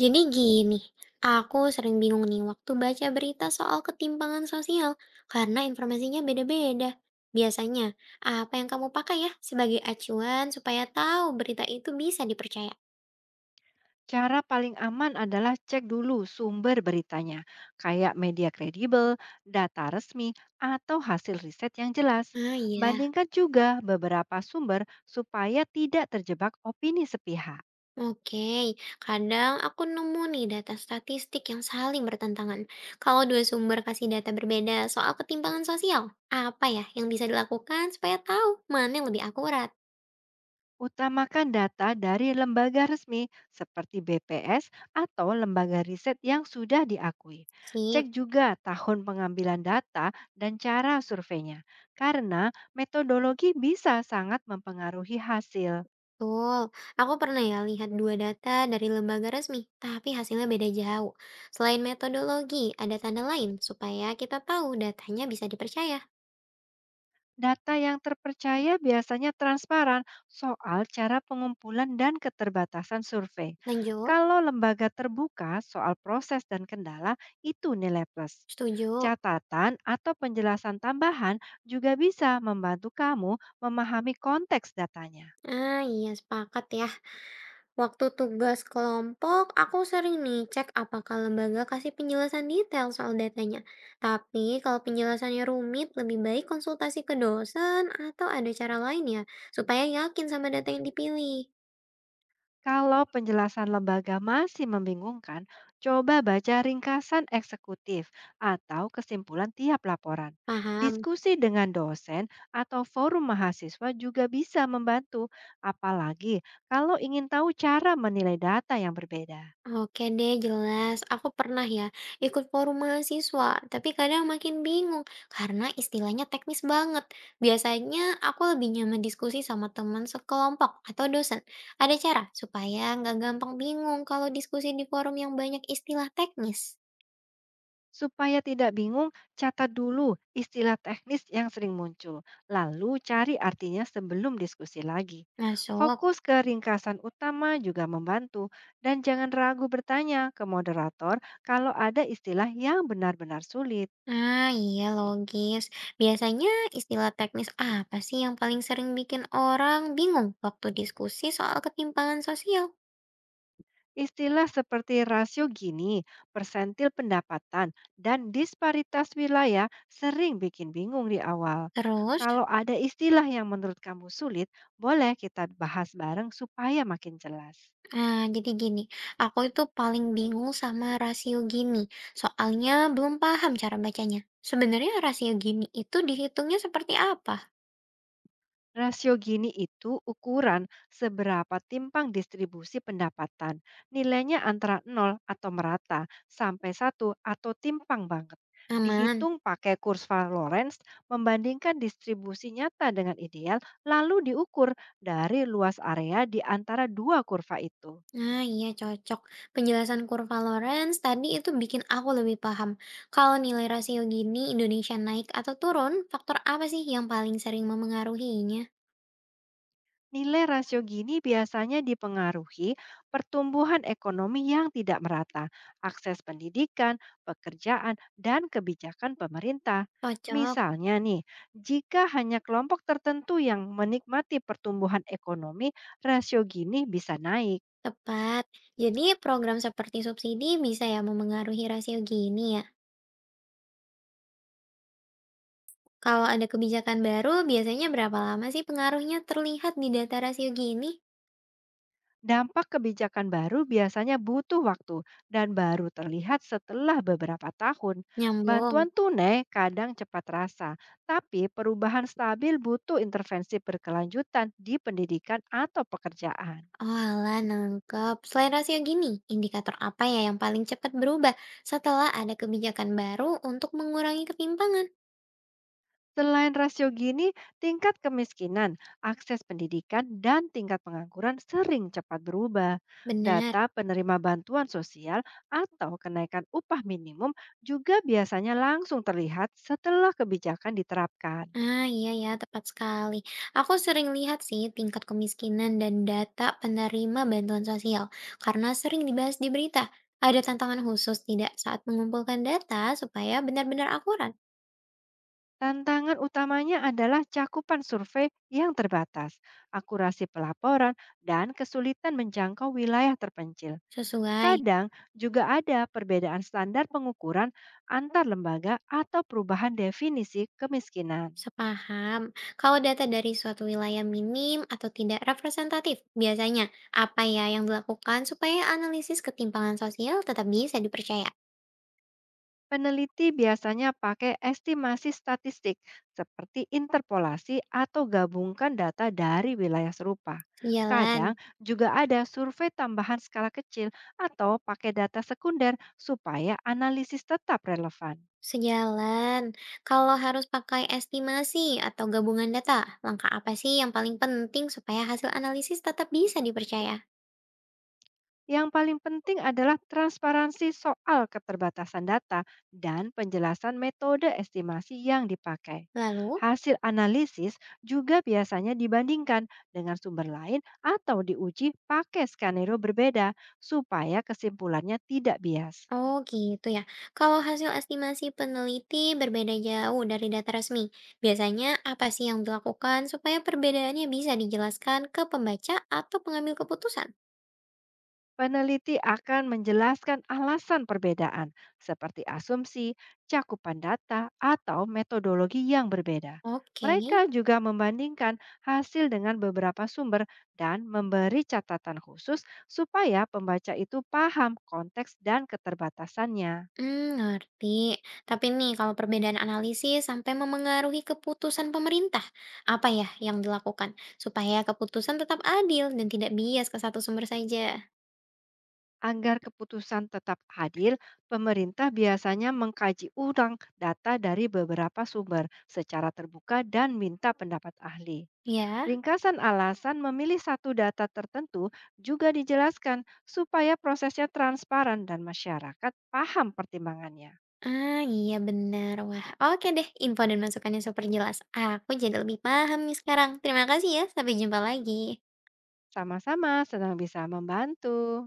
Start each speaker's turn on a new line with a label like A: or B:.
A: Jadi gini, aku sering bingung nih waktu baca berita soal ketimpangan sosial karena informasinya beda-beda. Biasanya, apa yang kamu pakai ya sebagai acuan supaya tahu berita itu bisa dipercaya?
B: Cara paling aman adalah cek dulu sumber beritanya, kayak media kredibel, data resmi, atau hasil riset yang jelas.
A: Ah iya,
B: Bandingkan juga beberapa sumber supaya tidak terjebak opini sepihak.
A: oke. Kadang aku nemu nih data statistik yang saling bertentangan. Kalau dua sumber kasih data berbeda soal ketimpangan sosial, apa ya yang bisa dilakukan supaya tahu mana yang lebih akurat?
B: Utamakan data dari lembaga resmi seperti BPS atau lembaga riset yang sudah diakui.
A: Sip.
B: Cek juga tahun pengambilan data dan cara surveinya, karena metodologi bisa sangat mempengaruhi hasil.
A: Betul, aku pernah ya lihat dua data dari lembaga resmi, tapi hasilnya beda jauh. Selain metodologi, ada tanda lain supaya kita tahu datanya bisa dipercaya.
B: Data yang terpercaya biasanya transparan soal cara pengumpulan dan keterbatasan survei.
A: Lanjut,
B: Kalau lembaga terbuka soal proses dan kendala, itu nilai plus.
A: setuju.
B: Catatan atau penjelasan tambahan juga bisa membantu kamu memahami konteks datanya.
A: Ah iya, sepakat ya. Waktu tugas kelompok, aku sering nih cek apakah lembaga kasih penjelasan detail soal datanya. Tapi kalau penjelasannya rumit, lebih baik konsultasi ke dosen atau ada cara lain ya, supaya yakin sama data yang dipilih.
B: Kalau penjelasan lembaga masih membingungkan, coba baca ringkasan eksekutif atau kesimpulan tiap laporan.
A: Paham?
B: Diskusi dengan dosen atau forum mahasiswa juga bisa membantu, apalagi kalau ingin tahu cara menilai data yang berbeda.
A: Oke deh, jelas. Aku pernah ya ikut forum mahasiswa, tapi kadang makin bingung karena istilahnya teknis banget. Biasanya aku lebih nyaman diskusi sama teman sekelompok atau dosen. Ada cara supaya nggak gampang bingung kalau diskusi di forum yang banyak istilah teknis.
B: Supaya tidak bingung, catat dulu istilah teknis yang sering muncul, lalu cari artinya sebelum diskusi lagi.
A: Masuk.
B: Fokus ke ringkasan utama juga membantu, dan jangan ragu bertanya ke moderator kalau ada istilah yang benar-benar sulit.
A: Ah iya logis. Biasanya istilah teknis apa sih yang paling sering bikin orang bingung waktu diskusi soal ketimpangan sosial?
B: Istilah seperti rasio gini, persentil pendapatan, dan disparitas wilayah sering bikin bingung di awal.
A: Terus?
B: Kalau ada istilah yang menurut kamu sulit, boleh kita bahas bareng supaya makin jelas.
A: Nah, jadi gini, aku itu paling bingung sama rasio Gini. Soalnya belum paham cara bacanya. Sebenarnya rasio Gini itu dihitungnya seperti apa?
B: Rasio Gini itu ukuran seberapa timpang distribusi pendapatan. Nilainya antara nol atau merata sampai satu atau timpang banget.
A: Aman.
B: Dihitung pakai kurva Lorenz, membandingkan distribusi nyata dengan ideal, lalu diukur dari luas area di antara dua kurva itu.
A: Nah, iya cocok. Penjelasan kurva Lorenz tadi itu bikin aku lebih paham. Kalau nilai rasio Gini Indonesia naik atau turun, faktor apa sih yang paling sering memengaruhinya?
B: Nilai rasio gini biasanya dipengaruhi pertumbuhan ekonomi yang tidak merata, akses pendidikan, pekerjaan, dan kebijakan pemerintah.
A: Cocok,
B: Misalnya nih, jika hanya kelompok tertentu yang menikmati pertumbuhan ekonomi, rasio gini bisa naik.
A: tepat. Jadi program seperti subsidi bisa ya memengaruhi rasio Gini ya. Kalau ada kebijakan baru, biasanya berapa lama sih pengaruhnya terlihat di data rasio gini?
B: Dampak kebijakan baru biasanya butuh waktu dan baru terlihat setelah beberapa tahun.
A: Nyambung.
B: Bantuan tunai kadang cepat terasa, tapi perubahan stabil butuh intervensi berkelanjutan di pendidikan atau pekerjaan.
A: Oh alah, nangkep. Selain rasio gini, indikator apa ya yang paling cepat berubah setelah ada kebijakan baru untuk mengurangi ketimpangan?
B: Selain rasio gini, tingkat kemiskinan, akses pendidikan, dan tingkat pengangguran sering cepat berubah.
A: Benar.
B: Data penerima bantuan sosial atau kenaikan upah minimum juga biasanya langsung terlihat setelah kebijakan diterapkan.
A: Ah iya ya, tepat sekali. Aku sering lihat sih tingkat kemiskinan dan data penerima bantuan sosial karena sering dibahas di berita. Ada tantangan khusus tidak saat mengumpulkan data supaya benar-benar akurat,
B: Tantangan utamanya adalah cakupan survei yang terbatas, akurasi pelaporan, dan kesulitan menjangkau wilayah terpencil.
A: sesuai.
B: Kadang juga ada perbedaan standar pengukuran antar lembaga atau perubahan definisi kemiskinan.
A: Sepaham. Kalau data dari suatu wilayah minim atau tidak representatif, biasanya apa ya yang dilakukan supaya analisis ketimpangan sosial tetap bisa dipercaya?
B: Peneliti biasanya pakai estimasi statistik seperti interpolasi atau gabungkan data dari wilayah serupa. Kadang
A: Sejalan.
B: juga ada survei tambahan skala kecil atau pakai data sekunder supaya analisis tetap relevan.
A: Sejalan. Kalau harus pakai estimasi atau gabungan data, langkah apa sih yang paling penting supaya hasil analisis tetap bisa dipercaya?
B: Yang paling penting adalah transparansi soal keterbatasan data dan penjelasan metode estimasi yang dipakai.
A: Lalu?
B: Hasil analisis juga biasanya dibandingkan dengan sumber lain atau diuji pakai skenario berbeda supaya kesimpulannya tidak bias.
A: Oh gitu ya. Kalau hasil estimasi peneliti berbeda jauh dari data resmi, biasanya apa sih yang dilakukan supaya perbedaannya bisa dijelaskan ke pembaca atau pengambil keputusan?
B: Peneliti akan menjelaskan alasan perbedaan, seperti asumsi, cakupan data, atau metodologi yang berbeda.
A: Oke.
B: Mereka juga membandingkan hasil dengan beberapa sumber dan memberi catatan khusus supaya pembaca itu paham konteks dan keterbatasannya.
A: Hmm, ngerti. Tapi nih kalau perbedaan analisis sampai memengaruhi keputusan pemerintah, apa ya yang dilakukan supaya keputusan tetap adil dan tidak bias ke satu sumber saja?
B: Agar keputusan tetap adil, pemerintah biasanya mengkaji ulang data dari beberapa sumber secara terbuka dan minta pendapat ahli.
A: Ya.
B: Ringkasan alasan memilih satu data tertentu juga dijelaskan supaya prosesnya transparan dan masyarakat paham pertimbangannya.
A: Ah, iya benar. Wah, oke deh. Info dan masukannya super jelas. Aku jadi lebih paham nih sekarang. Terima kasih ya. Sampai jumpa lagi.
B: Sama-sama senang bisa membantu.